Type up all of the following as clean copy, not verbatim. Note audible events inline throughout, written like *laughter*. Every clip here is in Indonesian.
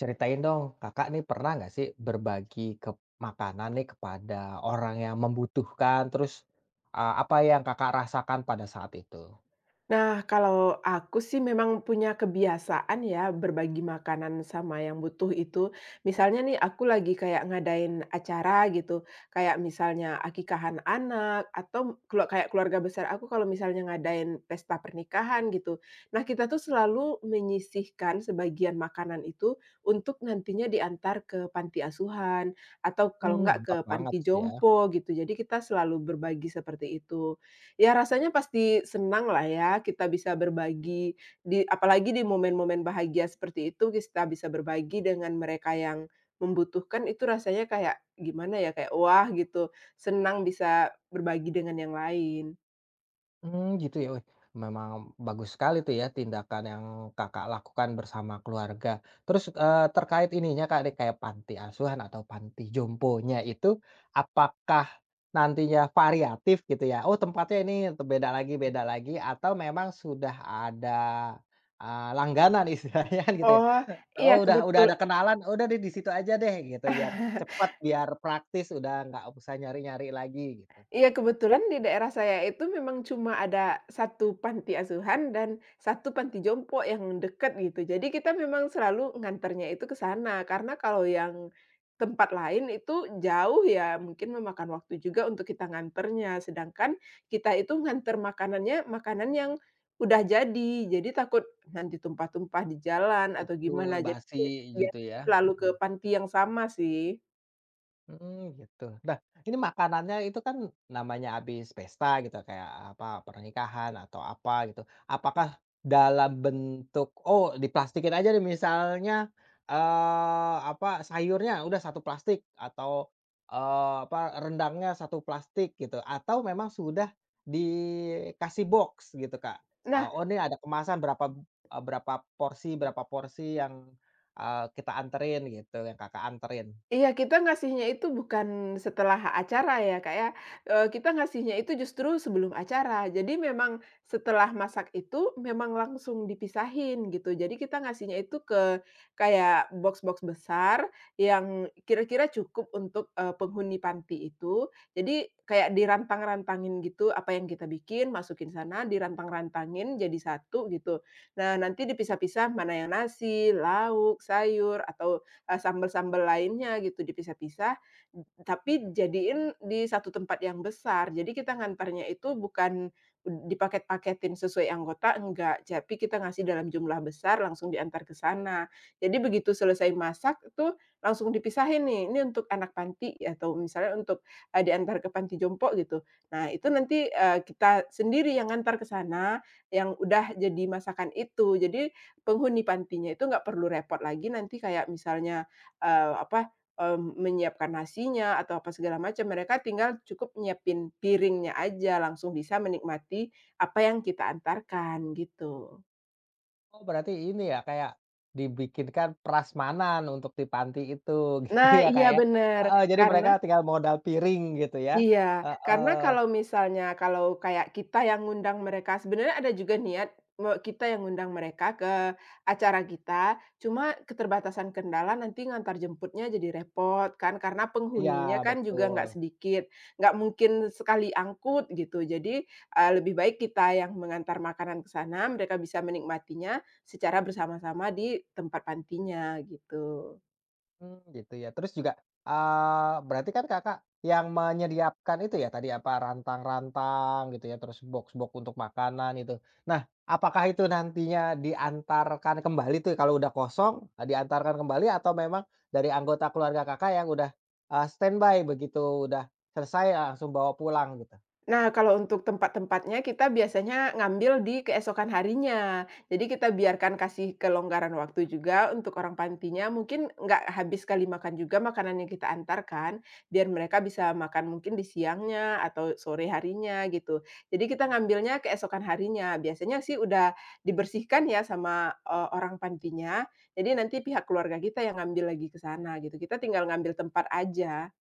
Ceritain dong, Kakak nih pernah nggak sih berbagi ke makanan nih kepada orang yang membutuhkan? Terus, apa yang Kakak rasakan pada saat itu? Nah, kalau aku sih memang punya kebiasaan ya berbagi makanan sama yang butuh itu. Misalnya nih aku lagi kayak ngadain acara gitu, kayak misalnya akikahan anak atau kalau kayak keluarga besar aku kalau misalnya ngadain pesta pernikahan gitu. Nah, kita tuh selalu menyisihkan sebagian makanan itu untuk nantinya diantar ke panti asuhan atau kalau Mmm. enggak ke Mantap banget panti sih ya. jompo gitu. Jadi kita selalu berbagi seperti itu. Ya rasanya pasti senang lah ya, kita bisa berbagi apalagi di momen-momen bahagia seperti itu, kita bisa berbagi dengan mereka yang membutuhkan, itu rasanya kayak gimana ya, kayak wah gitu, senang bisa berbagi dengan yang lain. Hmm gitu ya, wih, memang bagus sekali tuh ya tindakan yang Kakak lakukan bersama keluarga. Terus, terkait ininya Kak, nih kayak panti asuhan atau panti jomponya itu, apakah nantinya variatif gitu ya? Oh tempatnya ini beda lagi, atau memang sudah ada, langganan *laughs* istilahnya kan gitu ya? Oh, iya, Oh udah ada kenalan, oh, udah deh di situ aja deh gitu, biar *laughs* cepat, biar praktis, udah nggak usah nyari-nyari lagi gitu. Iya, kebetulan di daerah saya itu memang cuma ada satu panti asuhan dan satu panti jompo yang dekat gitu. Jadi kita memang selalu nganternya itu ke sana, karena kalau yang tempat lain itu jauh ya, mungkin memakan waktu juga untuk kita nganternya. Sedangkan kita itu nganter makanannya, makanan yang udah jadi. Jadi takut nanti tumpah-tumpah di jalan atau gimana. Betul, Jadi basi biasanya gitu ya? selalu ke Mhm. panti yang sama sih. Mhm, gitu. Nah, ini makanannya itu kan namanya habis pesta gitu, kayak apa, pernikahan atau apa gitu. Apakah dalam bentuk, oh diplastikin aja deh misalnya, apa, sayurnya udah satu plastik atau, apa, rendangnya satu plastik gitu, atau memang sudah dikasih box gitu, Kak? Nah, Oh ini ada kemasan berapa, berapa porsi yang, kita anterin gitu, yang Kakak anterin? Iya, kita ngasihnya itu bukan setelah acara ya, Kak, ya, kita ngasihnya itu justru sebelum acara. Jadi memang setelah masak itu memang langsung dipisahin gitu. Jadi kita ngasihnya itu ke kayak box-box besar yang kira-kira cukup untuk, penghuni panti itu. Jadi kayak dirantang-rantangin gitu, apa yang kita bikin masukin sana, dirantang-rantangin jadi satu gitu. Nah, nanti dipisah-pisah mana yang nasi, lauk, sayur, atau sambel-sambel lainnya gitu dipisah-pisah, tapi jadiin di satu tempat yang besar. Jadi kita ngantarnya itu bukan dipaket-paketin sesuai anggota, enggak, tapi kita ngasih dalam jumlah besar langsung diantar ke sana. Jadi begitu selesai masak itu langsung dipisahin nih, ini untuk anak panti atau misalnya untuk, diantar ke panti jompo gitu. Nah itu nanti, kita sendiri yang ngantar ke sana, yang udah jadi masakan itu. Jadi penghuni pantinya itu nggak perlu repot lagi nanti kayak misalnya, eee, apa, menyiapkan nasinya atau apa segala macam, mereka tinggal cukup nyiapin piringnya aja, langsung bisa menikmati apa yang kita antarkan, gitu. Oh berarti ini ya kayak dibikinkan prasmanan untuk di panti itu *laughs* gitu Nah ya Kak iya ya? benar. Heeh, jadi karena mereka tinggal modal piring gitu ya? Iya, Heeh, karena kalau misalnya kalau kayak kita yang ngundang mereka, sebenarnya ada juga niat kita yang ngundang mereka ke acara kita, cuma keterbatasan kendala nanti ngantar jemputnya jadi repot kan, karena iya penghuninya kan juga nggak betul. sedikit, nggak mungkin sekali angkut gitu. Jadi, lebih baik kita yang mengantar makanan ke sana, mereka bisa menikmatinya secara bersama-sama di tempat pantinya, gitu. Mmm, gitu ya. Terus juga, berarti kan Kakak yang menyediakan itu ya tadi, apa, rantang-rantang gitu ya, terus box-box untuk makanan itu. Nah, apakah itu nantinya diantarkan kembali tuh ya? Kalau udah kosong, diantarkan kembali atau memang dari anggota keluarga Kakak yang udah, standby begitu udah selesai langsung bawa pulang gitu? Nah, kalau untuk tempat-tempatnya kita biasanya ngambil di keesokan harinya. Jadi kita biarkan kasih kelonggaran waktu juga untuk orang pantinya, mungkin nggak habis kali makan juga makanan yang kita antarkan, biar mereka bisa makan mungkin di siangnya atau sore harinya gitu. Jadi kita ngambilnya keesokan harinya. Biasanya sih udah dibersihkan ya sama, orang pantinya, jadi nanti pihak keluarga kita yang ngambil lagi ke sana gitu, kita tinggal ngambil tempat aja.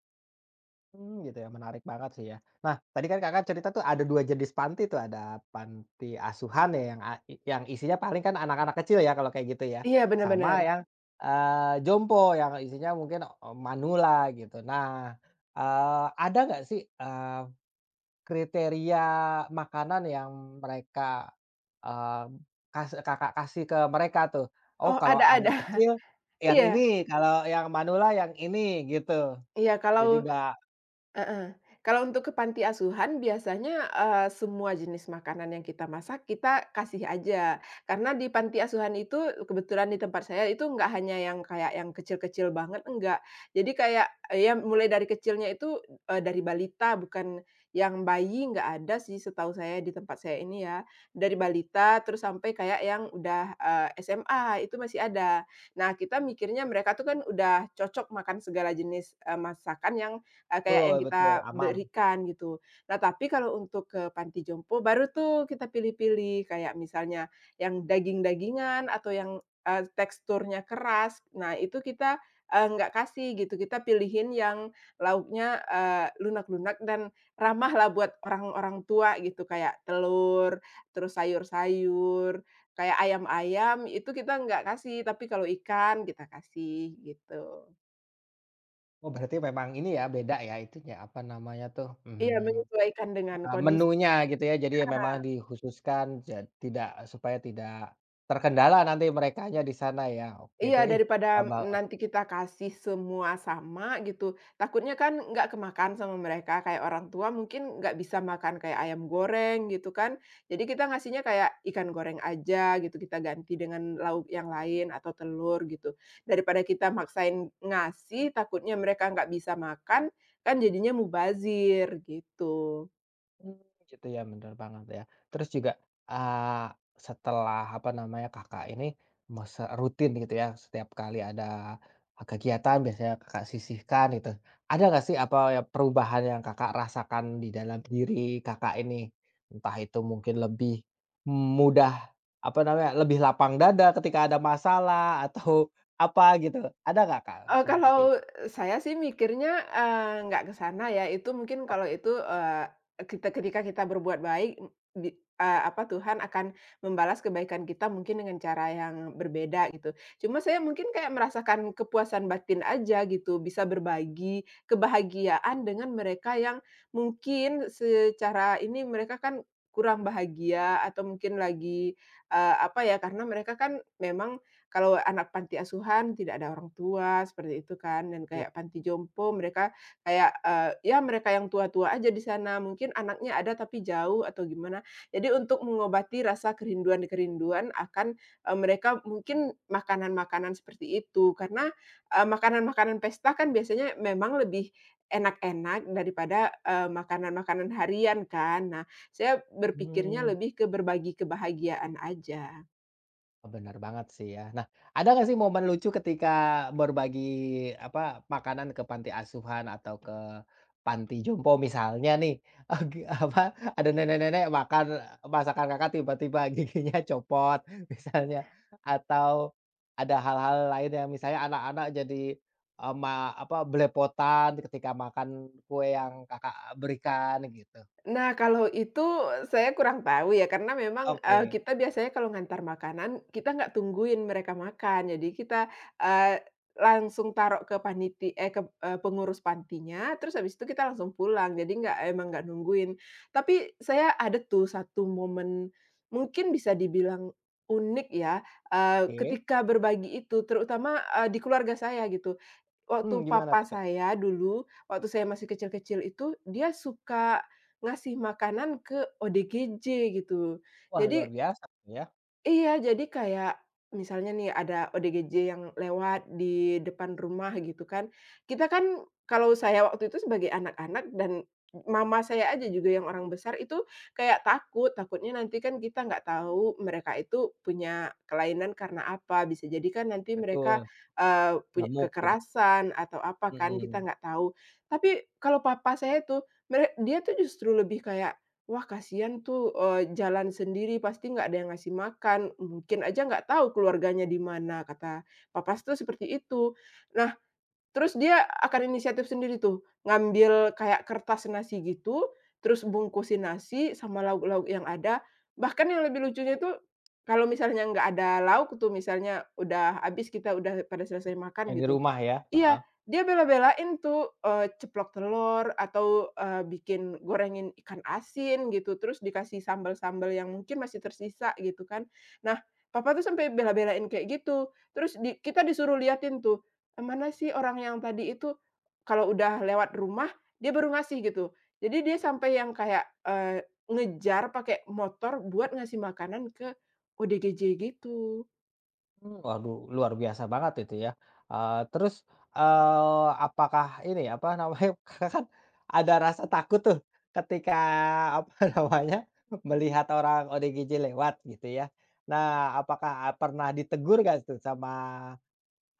Hmm, gitu ya, menarik banget sih ya. Nah, tadi kan Kakak cerita tuh ada 2 jenis panti tuh, ada panti asuhan ya yang isinya paling kan anak-anak kecil ya kalau kayak gitu ya, Iya, sama benar-benar. yang, jompo yang isinya mungkin, manula gitu. Nah, eee, ada nggak sih, kriteria makanan yang mereka, eee, Kakak kasih ke mereka tuh? Oh Oh, kalau ada ada. anak *laughs* kecil yang ini, Iya. kalau yang manula yang ini gitu. Iya, Jadi nggak. Heeh. Kalau untuk ke panti asuhan biasanya, semua jenis makanan yang kita masak kita kasih aja. Karena di panti asuhan itu kebetulan di tempat saya itu nggak hanya yang kayak yang kecil-kecil banget, enggak. Jadi kayak, ya mulai dari kecilnya itu, dari balita bukan yang bayi nggak ada sih setahu saya di tempat saya ini ya. Dari balita terus sampai kayak yang udah, SMA itu masih ada. Nah kita mikirnya mereka tuh kan udah cocok makan segala jenis, masakan kayak Betul yang kita betul, aman. berikan gitu. Nah, tapi kalau untuk ke panti jompo baru tuh kita pilih-pilih, kayak misalnya yang daging-dagingan atau yang, teksturnya keras. Nah, itu kita, nggak kasih gitu, kita pilihin yang lauknya, lunak-lunak dan ramah lah buat orang-orang tua gitu, kayak telur, terus sayur-sayur, kayak ayam-ayam itu kita nggak kasih, tapi kalau ikan kita kasih gitu. Oh berarti memang ini ya beda ya itunya, apa namanya tuh, mmm, Iya, menyesuaikan dengan kondisi. menunya gitu ya, jadi memang dikhususkan tidak supaya tidak terkendala nanti merekanya di sana ya. Oke deh, Iya, ih, eee, daripada ba nanti kita kasih semua sama gitu, takutnya kan nggak kemakan sama mereka, kayak orang tua mungkin nggak bisa makan kayak ayam goreng gitu kan. Jadi kita ngasihnya kayak ikan goreng aja gitu, kita ganti dengan lauk yang lain atau telur gitu. Daripada kita maksain ngasih, takutnya mereka nggak bisa makan, kan jadinya mubazir gitu. mmm, gitu ya, bener banget ya. Terus juga, eee, setelah, apa namanya, Kakak ini rutin gitu ya, setiap kali ada kegiatan biasanya Kakak sisihkan gitu. Ada nggak sih apa ya perubahan yang Kakak rasakan di dalam diri Kakak ini? Entah itu mungkin lebih mudah, apa namanya, lebih lapang dada ketika ada masalah atau apa gitu. Ada nggak, Kak, seperti Kalau itu? saya sih mikirnya, nggak ke sana ya, itu mungkin kalau Oke. itu, kita ketika kita berbuat baik, apa, Tuhan akan membalas kebaikan kita mungkin dengan cara yang berbeda gitu. Cuma saya mungkin kayak merasakan kepuasan batin aja gitu, bisa berbagi kebahagiaan dengan mereka yang mungkin secara ini mereka kan kurang bahagia atau mungkin lagi, apa ya, karena mereka kan memang kalau anak panti asuhan tidak ada orang tua, seperti itu kan, dan kayak panti jompo mereka kayak, ya mereka yang tua-tua aja di sana, mungkin anaknya ada tapi jauh atau gimana. Jadi untuk mengobati rasa kerinduan-kerinduan akan, mereka mungkin makanan-makanan seperti itu. Karena, makanan-makanan pesta kan biasanya memang lebih enak-enak daripada, makanan-makanan harian kan. Nah, saya berpikirnya Mmm. lebih ke berbagi kebahagiaan aja. Oh, bener banget sih ya. Nah, ada nggak sih momen lucu ketika berbagi, apa, makanan ke panti asuhan atau ke panti jompo misalnya nih, *laughs* eee, apa, ada nenek-nenek makan masakan Kakak tiba-tiba giginya *laughs* copot misalnya, atau ada hal-hal lain yang misalnya anak-anak jadi, eee, ma apa, belepotan ketika makan kue yang Kakak berikan gitu. Nah, kalau itu saya kurang tahu ya, karena memang, Oke kita biasanya kalau ngantar makanan, kita nggak tungguin mereka makan. Jadi kita, eee, langsung taruh ke, pengurus pantinya, terus habis itu kita langsung pulang. Jadi nggak emang nggak nungguin. Tapi saya ada tuh satu momen mungkin bisa dibilang unik ya, oke. ketika berbagi itu, terutama, di keluarga saya gitu. Waktu Hmm, gimana papa tuh, Kak? saya dulu, waktu saya masih kecil-kecil itu, dia suka ngasih makanan ke ODGJ gitu. Wah, luar Jadi biasa ya. Iya, jadi kayak misalnya nih ada ODGJ yang lewat di depan rumah gitu kan. Kita kan kalau saya waktu itu sebagai anak-anak dan mama saya aja juga yang orang besar itu kayak takut, takutnya nanti kan kita nggak tahu mereka itu punya kelainan karena apa. Bisa jadi kan nanti Betul, mereka, punya ngamuk gitu. kekerasan atau apa kan, Mhm, kita nggak tahu. Tapi kalau papa saya tuh dia tuh justru lebih kayak, "Wah, kasihan tuh, jalan sendiri pasti nggak ada yang ngasih makan, mungkin aja nggak tahu keluarganya di mana," kata papas tuh seperti itu. Nah, terus dia akan inisiatif sendiri tuh, ngambil kayak kertas nasi gitu, terus bungkusin nasi sama lauk-lauk yang ada. Bahkan yang lebih lucunya itu, kalau misalnya nggak ada lauk tuh, misalnya udah habis kita udah pada selesai makan yang di gitu, rumah ya? Heeh. Iya, dia bela-belain tuh, ceplok telur atau, bikin gorengin ikan asin gitu, terus dikasih sambel-sambel yang mungkin masih tersisa gitu kan. Nah, papa tuh sampai bela-belain kayak gitu. Terus di kita disuruh liatin tuh, mana sih orang yang tadi itu, kalau udah lewat rumah dia baru ngasih gitu. Jadi dia sampai yang kayak, ngejar pakai motor buat ngasih makanan ke ODGJ gitu. Mmm, waduh luar biasa banget itu ya. Terus, apakah ini, apa namanya, *laughs* Kakak kan ada rasa takut tuh ketika, apa *laughs* namanya, melihat orang ODGJ lewat gitu ya. Nah, apakah pernah ditegur nggak tuh sama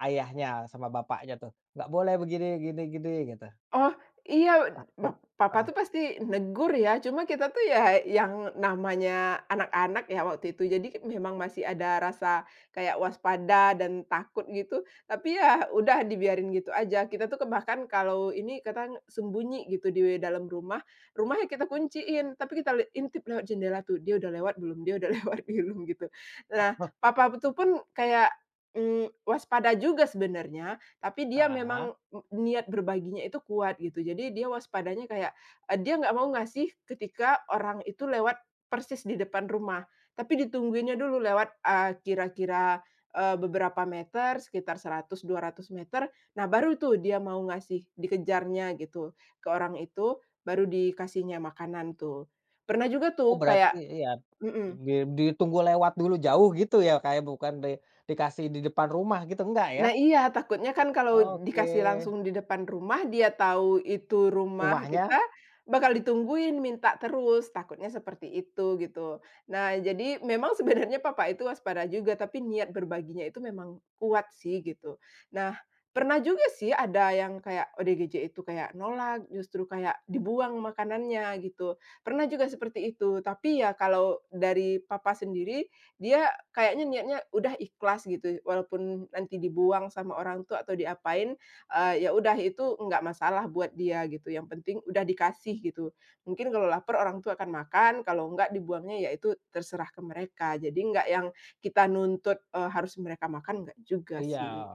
ayahnya, sama bapaknya tuh? "Nggak boleh begini, gini gini," gitu, Oh, iya, takut? papa Heeh, tuh pasti negur ya, cuma kita tuh ya yang namanya anak-anak ya waktu itu, jadi memang masih ada rasa kayak waspada dan takut gitu, tapi ya udah dibiarin gitu aja. Kita tuh bahkan kalau ini kata sembunyi gitu di dalam rumah, rumahnya kita kunciin, tapi kita intip lewat jendela tuh, "Dia udah lewat belum? Dia udah *laughs* lewat belum?" Gitu. Nah, papa tuh pun kayak, waspada juga sebenarnya, tapi dia heeh. memang niat berbaginya itu kuat gitu. Jadi dia waspadanya kayak, dia nggak mau ngasih ketika orang itu lewat persis di depan rumah, tapi ditungguinnya dulu lewat, kira-kira, beberapa meter, sekitar 100, 200 meter. Nah, baru tuh dia mau ngasih, dikejarnya gitu ke orang itu, baru dikasihnya makanan tuh. Pernah juga Oh tuh berarti kayak. iya, Mhm. di ditunggu lewat dulu jauh gitu ya kayak bukan di dikasih di depan rumah gitu, enggak ya? Nah iya, takutnya kan kalau Oke, dikasih langsung di depan rumah, dia tahu itu rumah rumahnya kita, bakal ditungguin minta terus, takutnya seperti itu gitu. Nah jadi memang *laughs* sebenarnya papa itu waspada juga, tapi niat berbaginya itu memang kuat sih gitu. Nah, pernah juga sih ada yang kayak ODGJ itu kayak nolak, justru kayak dibuang makanannya gitu. Pernah juga seperti itu, tapi ya kalau dari papa sendiri, dia kayaknya niatnya udah ikhlas gitu, walaupun nanti dibuang sama orang tua atau diapain, ya udah itu nggak masalah buat dia gitu, yang penting udah dikasih gitu. Mungkin kalau lapar orang tua akan makan, kalau nggak dibuangnya ya itu terserah ke mereka. Jadi nggak yang kita nuntut, harus mereka makan, nggak juga iya, sih.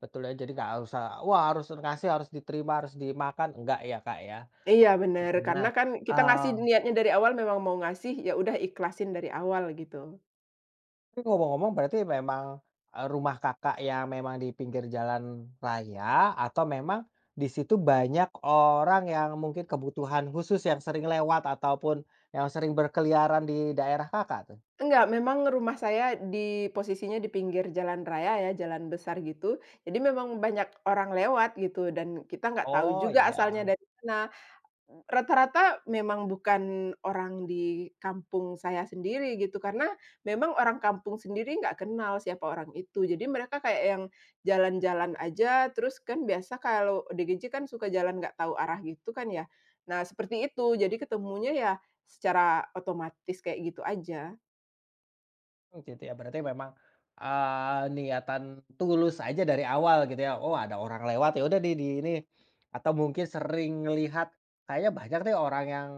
betul ya, jadi nggak usah, wah harus ngasih, harus diterima, harus dimakan, enggak ya Kak, ya? Iya bener, karena Nah, kan kita ngasih eee, niatnya dari awal memang mau ngasih, ya udah ikhlasin dari awal gitu. tapi ngomong-ngomong berarti memang, rumah Kakak yang memang di pinggir jalan raya atau memang di situ banyak orang yang mungkin kebutuhan khusus yang sering lewat ataupun yang sering berkeliaran di daerah Kakak tuh? Enggak, memang rumah saya di posisinya di pinggir jalan raya ya, jalan besar gitu. Jadi memang banyak orang lewat gitu dan kita nggak tahu Oh juga asalnya iya, dari mana. Rata-rata memang bukan orang di kampung saya sendiri gitu, karena memang orang kampung sendiri nggak kenal siapa orang itu. Jadi mereka kayak yang jalan-jalan aja, terus kan biasa kalau ODGJ kan suka jalan nggak tahu arah gitu kan ya. Nah, seperti itu. Jadi ketemunya ya secara otomatis kayak gitu aja. mmm, gitu ya berarti memang, niatan tulus aja dari awal gitu ya, oh ada orang lewat ya udah di ini, atau mungkin sering lihat kayaknya banyak nih orang yang,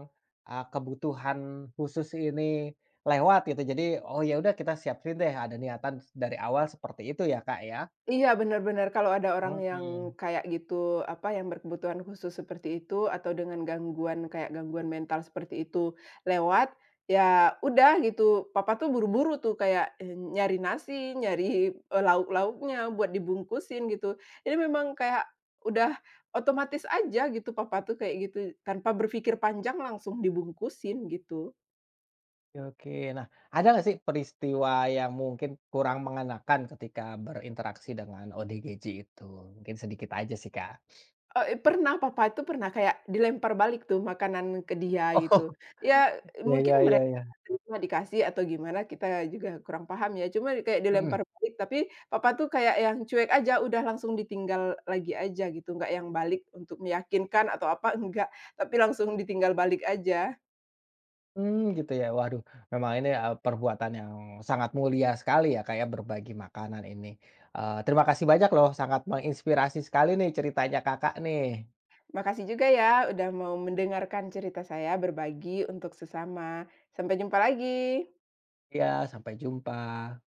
kebutuhan khusus ini lewat gitu jadi oh ya udah kita siapin deh ada niatan dari awal seperti itu ya Kak ya? Iya, benar-benar kalau ada orang yang Mhm, kayak gitu, apa, yang berkebutuhan khusus seperti itu, atau dengan gangguan kayak gangguan mental seperti itu lewat, ya udah gitu, papa tuh buru-buru tuh kayak, nyari nasi, nyari, lauk-lauknya buat dibungkusin gitu. Jadi memang kayak udah otomatis aja gitu papa tuh kayak gitu, tanpa berpikir panjang langsung dibungkusin gitu. oke oke. Nah ada nggak sih peristiwa yang mungkin kurang mengenakan ketika berinteraksi dengan ODGJ itu? Mungkin sedikit aja sih Kak. Pernah, papa itu pernah kayak dilempar balik tuh makanan ke dia gitu. *laughs* Ya Iya mungkin iya iya mereka iya. terima dikasih atau gimana kita juga kurang paham ya, cuma kayak Mhm. dilempar balik tapi papa tuh kayak yang cuek aja, udah langsung ditinggal lagi aja gitu, nggak yang balik untuk meyakinkan atau apa, *laughs* enggak. Tapi langsung ditinggal balik aja. Mmm, gitu ya. Waduh, memang ini, perbuatan yang sangat mulia sekali ya, Kak, ya, berbagi makanan ini. Terima kasih banyak loh, sangat menginspirasi sekali nih ceritanya Kakak nih. Makasih juga ya udah mau mendengarkan cerita saya, berbagi untuk sesama. Sampai jumpa lagi. Iya, sampai jumpa.